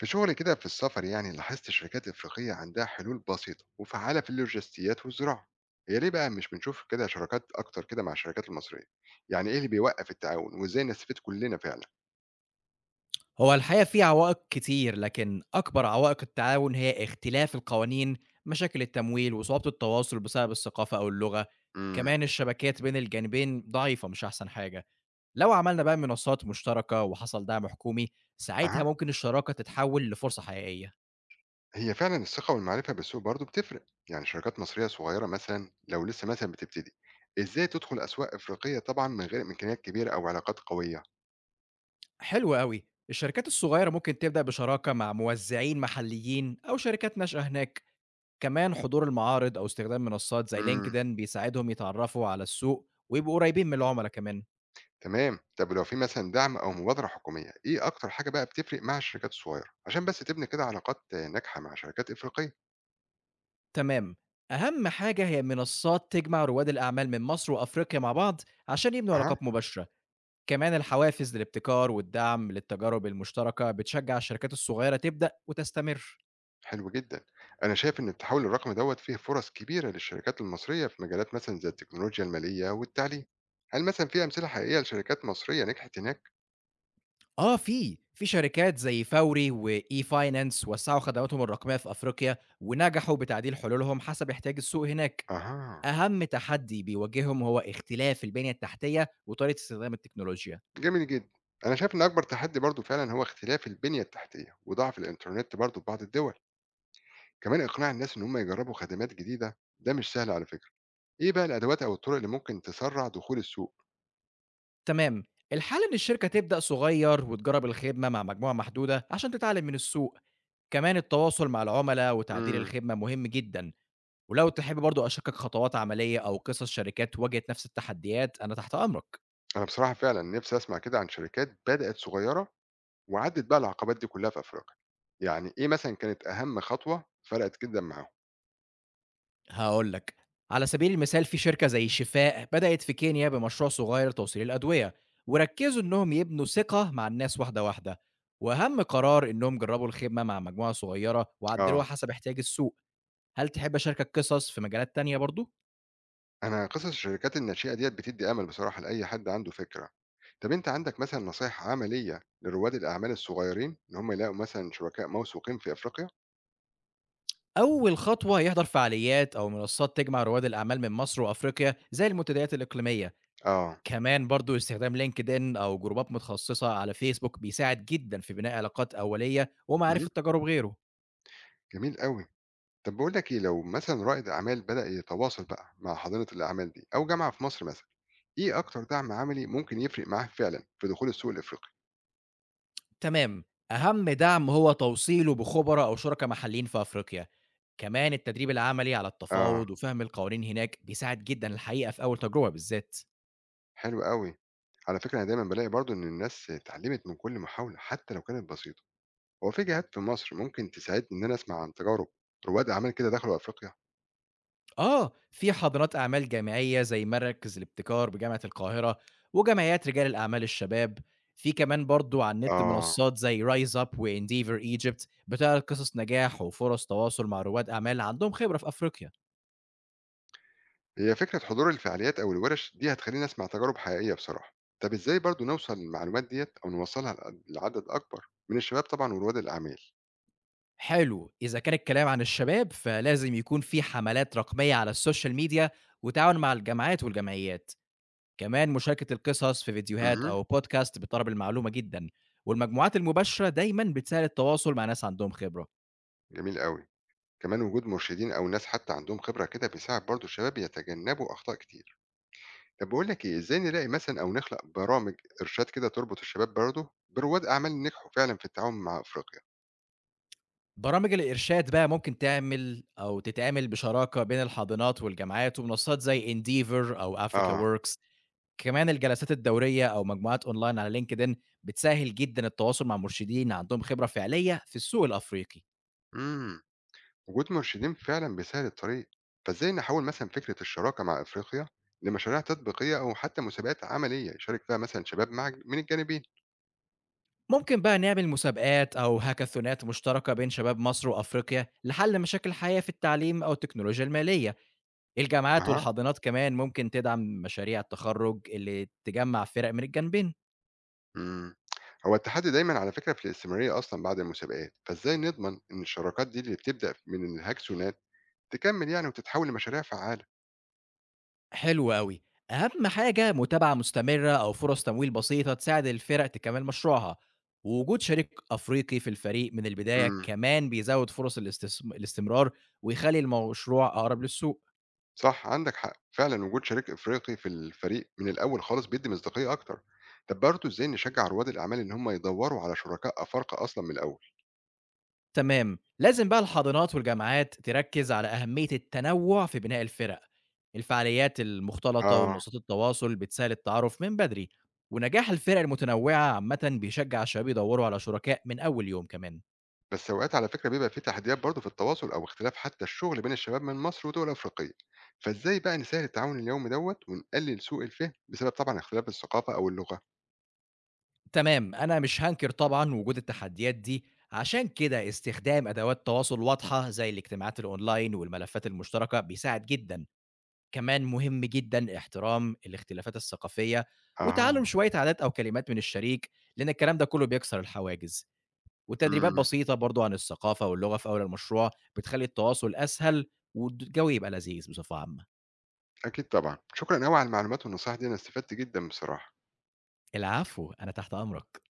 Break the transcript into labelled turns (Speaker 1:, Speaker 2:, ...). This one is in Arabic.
Speaker 1: في شغلي كده في السفر، يعني لاحظت شركات إفريقية عندها حلول بسيطة وفعالة في اللوجستيات والزراعة. هي ليه بقى مش بنشوف كده شراكات أكتر كده مع الشركات المصرية؟ يعني إيه اللي بيوقف التعاون وإزاي نستفيد كلنا فعلا؟
Speaker 2: هو الحقيقة في عوائق كتير، لكن أكبر عوائق التعاون هي اختلاف القوانين، مشاكل التمويل، وصعوبة التواصل بسبب الثقافة أو اللغة.
Speaker 1: امم.
Speaker 2: كمان الشبكات بين الجانبين ضعيفة مش أحسن حاجة. لو عملنا بقى منصات مشتركة وحصل دعم حكومي، ساعتها
Speaker 1: أها.
Speaker 2: ممكن الشراكة تتحول لفرصة حقيقية.
Speaker 1: هي فعلا الثقة والمعرفة بالسوق برضو بتفرق. يعني شركات مصرية صغيرة مثلا لو لسه مثلا بتبتدي، إزاي تدخل أسواق إفريقية طبعا من غير إمكانيات كبيرة أو علاقات قوية؟
Speaker 2: حلو أوي، الشركات الصغيرة ممكن تبدأ بشراكة مع موزعين محليين أو شركات ناشئة هناك. كمان حضور المعارض أو استخدام منصات زي
Speaker 1: امم.
Speaker 2: لينكدإن بيساعدهم يتعرفوا على السوق ويبقوا قريبين من العملاء كمان.
Speaker 1: تمام. طب لو في مثلا دعم او مبادره حكوميه، ايه اكتر حاجه بقى بتفرق مع الشركات الصغيره عشان بس تبني كده علاقات آه، ناجحه مع شركات افريقيه؟
Speaker 2: تمام. أهم حاجة هي منصات تجمع رواد الأعمال من مصر وأفريقيا مع بعض، عشان يبنوا
Speaker 1: اها.
Speaker 2: علاقات مباشرة. كمان الحوافز للابتكار والدعم للتجارب المشتركة بتشجع الشركات الصغيرة تبدأ وتستمر.
Speaker 1: حلو جدا. انا شايف ان التحول الرقمي فيه فرص كبيره للشركات المصريه في مجالات مثلا زي التكنولوجيا الماليه والتعليم. هل مثلا في امثله حقيقيه لشركات مصريه نجحت هناك؟
Speaker 2: آه، في شركات زي فوري وإي فاينانس وسعوا خدماتهم الرقمية في أفريقيا، ونجحوا بتعديل حلولهم حسب احتياج السوق هناك.
Speaker 1: اها.
Speaker 2: أهم تحدي بيواجههم هو اختلاف البنية التحتية وطريقة استخدام التكنولوجيا.
Speaker 1: جميل جدا. انا شايف ان اكبر تحدي برضو فعلا هو اختلاف البنيه التحتيه وضعف الانترنت برضو في بعض الدول. كمان اقناع الناس ان هم يجربوا خدمات جديده ده مش سهل على فكره. إيه بقى الأدوات أو الطرق اللي ممكن تسرّع دخول السوق؟
Speaker 2: تمام، الحل إن الشركة تبدأ صغير وتجرب الخدمة مع مجموعة محدودة عشان تتعلم من السوق. كمان التواصل مع العملاء وتعديل
Speaker 1: إمم.
Speaker 2: الخدمة مهم جدًا. ولو تحب برضه أشاركك خطوات عملية أو قصص شركات واجهت نفس التحديات، أنا تحت أمرك.
Speaker 1: أنا بصراحة فعلًا نِفْسي أسمع كده عن شركات بدأت صغيرة وعدِّت بقى العقبات دي كلّها في أفريقيا، يعني إيه مثلًا كانت أهم خطوة فرقت جدًا معاهم؟
Speaker 2: هاقول لك، على سبيل المثال في شركة زي شفاء بدأت في كينيا بمشروع صغير توصيل الأدوية، وركزوا إنهم يبنوا ثقة مع الناس واحدة واحدة، وأهم قرار إنهم جربوا الخدمة مع مجموعة صغيرة
Speaker 1: آه.
Speaker 2: وعدلوها حسب احتياج السوق. هل تحب أشاركك قصص في مجالات تانية برضه؟
Speaker 1: أنا قصص الشركات النشيئة ديّة بتدّي أمل بصراحة لأي حد عنده فكرة. طَب أنت عندك مثلًا نصايح عملية لرواد الأعمال الصغيرين إن هم يلاقوا مثلًا شركاء موثوقين في أفريقيا؟
Speaker 2: أول خطوة يحضر فعاليات أو منصات تجمع رواد الأعمال من مصر وأفريقيا زي المنتديات الإقليمية.
Speaker 1: آه.
Speaker 2: كمان برضو استخدام لينكد إن أو جروبات متخصصة على فيسبوك بيساعد جدا في بناء علاقات أولية
Speaker 1: اهم.
Speaker 2: ومعرفة تجارب غيره.
Speaker 1: جميل أوي. طَب باقول لك إيه، لو مثلًا رائد أعمال بدأ يتواصل بقى مع حضانة الأعمال دي أو جامعة في مصر مثلًا، إيه أكتر دعم عملي ممكن يفرق معاه فعلًا في دخول السوق الإفريقي؟
Speaker 2: تمام، أهم دعم هو توصيله بخبراء أو شركاء محليين في أفريقيا. كمان التدريب العملي على
Speaker 1: آه.
Speaker 2: التفاوض وفهم القوانين هناك بيساعد جدا الحقيقة في أول تجربة بالذات.
Speaker 1: حلو أوي. على فكرة أنا دايمًا بالاقي برضه إن الناس اتعلمت من كل محاولة حتى لو كانت بسيطة. هو في جهات في مصر ممكن تساعدني إن أنا أسمع عن تجارب رواد أعمال كده دخلوا أفريقيا؟
Speaker 2: آه، في حاضنات أعمال جامعية زي مركز الابتكار بجامعة القاهرة وجمعيات رجال الأعمال الشباب. في كمان برضه على النت
Speaker 1: آه.
Speaker 2: منصات زي Rise Up وEndeavor Egypt بتعرض قصص نجاح وفرص تواصل مع رواد أعمال عندهم خبرة في أفريقيا.
Speaker 1: هي فكرة حضور الفعاليات أو الورش دي هتخليني أسمع تجارب حقيقية بصراحة. طب إزاي برضه نوصل للمعلومات ديّة أو نوصّلها لعدد أكبر من الشباب طبعًا ورواد الأعمال؟
Speaker 2: حلو، إذا كان الكلام عن الشباب فلازم يكون في حملات رقمية على السوشيال ميديا وتعاون مع الجامعات والجمعيات. كمان مشاركة القصص في فيديوهات
Speaker 1: اهم.
Speaker 2: أو بودكاست بتقرب المعلومة جدًا، والمجموعات المباشرة دايمًا بتسهل التواصل مع ناس عندهم خبرة.
Speaker 1: جميل أوي. كمان وجود مرشدين أو ناس حتى عندهم خبرة كده بيساعد برضه الشباب يتجنبوا أخطاء كتير. طب باقول لك إيه، إزاي نلاقي مثلًا أو نخلق برامج إرشاد كده تربط الشباب برضه برواد أعمال نجحوا فعلًا في التعاون مع أفريقيا؟
Speaker 2: برامج الإرشاد بقى ممكن تعمل أو تتعمل بشراكة بين الحاضنات والجامعات ومنصات زي Endeavor أو Africa
Speaker 1: آه.
Speaker 2: Works. كمان الجلسات الدورية أو مجموعات أونلاين على لينكدين بتسهل جدا التواصل مع مرشدين عندهم خبرة فعلية في السوق الأفريقي.
Speaker 1: إمم. وجود مرشدين فعلًا بيسهّل الطريق، فإزاي نحوّل مثلًا فكرة الشراكة مع أفريقيا لمشاريع تطبيقية أو حتى مسابقات عملية يشارك فيها مثلًا شباب مع من الجانبين؟
Speaker 2: ممكن بقى نعمل مسابقات أو هاكاثونات مشتركة بين شباب مصر وأفريقيا لحل مشاكل الحياة في التعليم أو التكنولوجيا المالية. الجامعات
Speaker 1: أها.
Speaker 2: والحاضنات كمان ممكن تدعم مشاريع التخرج اللي تجمع فرق من الجانبين.
Speaker 1: إمم. هو التحدي دايمًا على فكرة في الاستمرارية أصلًا بعد المسابقات، فإزاي نضمن إن الشراكات دي اللي بتبدأ من الهاكسونات تكمّل يعني وتتحوّل لمشاريع فعّالة؟
Speaker 2: حلو أوي. أهم حاجة متابعة مستمرة أو فرص تمويل بسيطة تساعد الفرق تكمل مشروعها، ووجود شريك أفريقي في الفريق من البداية
Speaker 1: إمم.
Speaker 2: كمان بيزود فرص الاستمرار ويخلي المشروع أقرب للسوق.
Speaker 1: صح، عندك حق فعلا. وجود شريك افريقي في الفريق من الاول خالص بيدي مصداقيه اكتر. طب برضه ازاي نشجع رواد الاعمال ان هم يدوروا على شركاء افارقه اصلا من الاول؟
Speaker 2: تمام، لازم بقى الحاضنات والجامعات تركز على أهمية التنوع في بناء الفرق. الفعاليات المختلطة
Speaker 1: اه.
Speaker 2: ومنصات التواصل بتسهل التعارف من بدري، ونجاح الفرق المتنوعة عامة بيشجع الشباب يدوروا على شركاء من أول يوم كمان.
Speaker 1: بس اوقات على فكره بيبقى في تحديات برضه في التواصل او اختلاف حتى الشغل بين الشباب من مصر ودول افريقيه. فازاي بقى نسهل التعاون اليومي ونقلل سوء الفهم بسبب طبعا اختلاف الثقافه او اللغه؟
Speaker 2: تمام، أنا مش هانكر طبعًا وجود التحديات دي. عشان كده استخدام أدوات تواصل واضحة زي الاجتماعات الأونلاين والملفات المشتركة بيساعد جدًا. كمان مهم جدًا احترام الاختلافات الثقافية
Speaker 1: اه.
Speaker 2: وتعلم شوية عادات أو كلمات من الشريك، لأن الكلام ده كله بيكسر الحواجز. وتدريبات
Speaker 1: امم.
Speaker 2: بسيطة برضه عن الثقافة واللغة في أول المشروع بتخلّي التواصل أسهل والد الجو يبقى لذيذ بصفة عامة.
Speaker 1: اكيد طبعا، شكرا قوي على المعلومات والنصائح دي، انا استفدت جدا بصراحه.
Speaker 2: العفو، أنا تحت أمرك.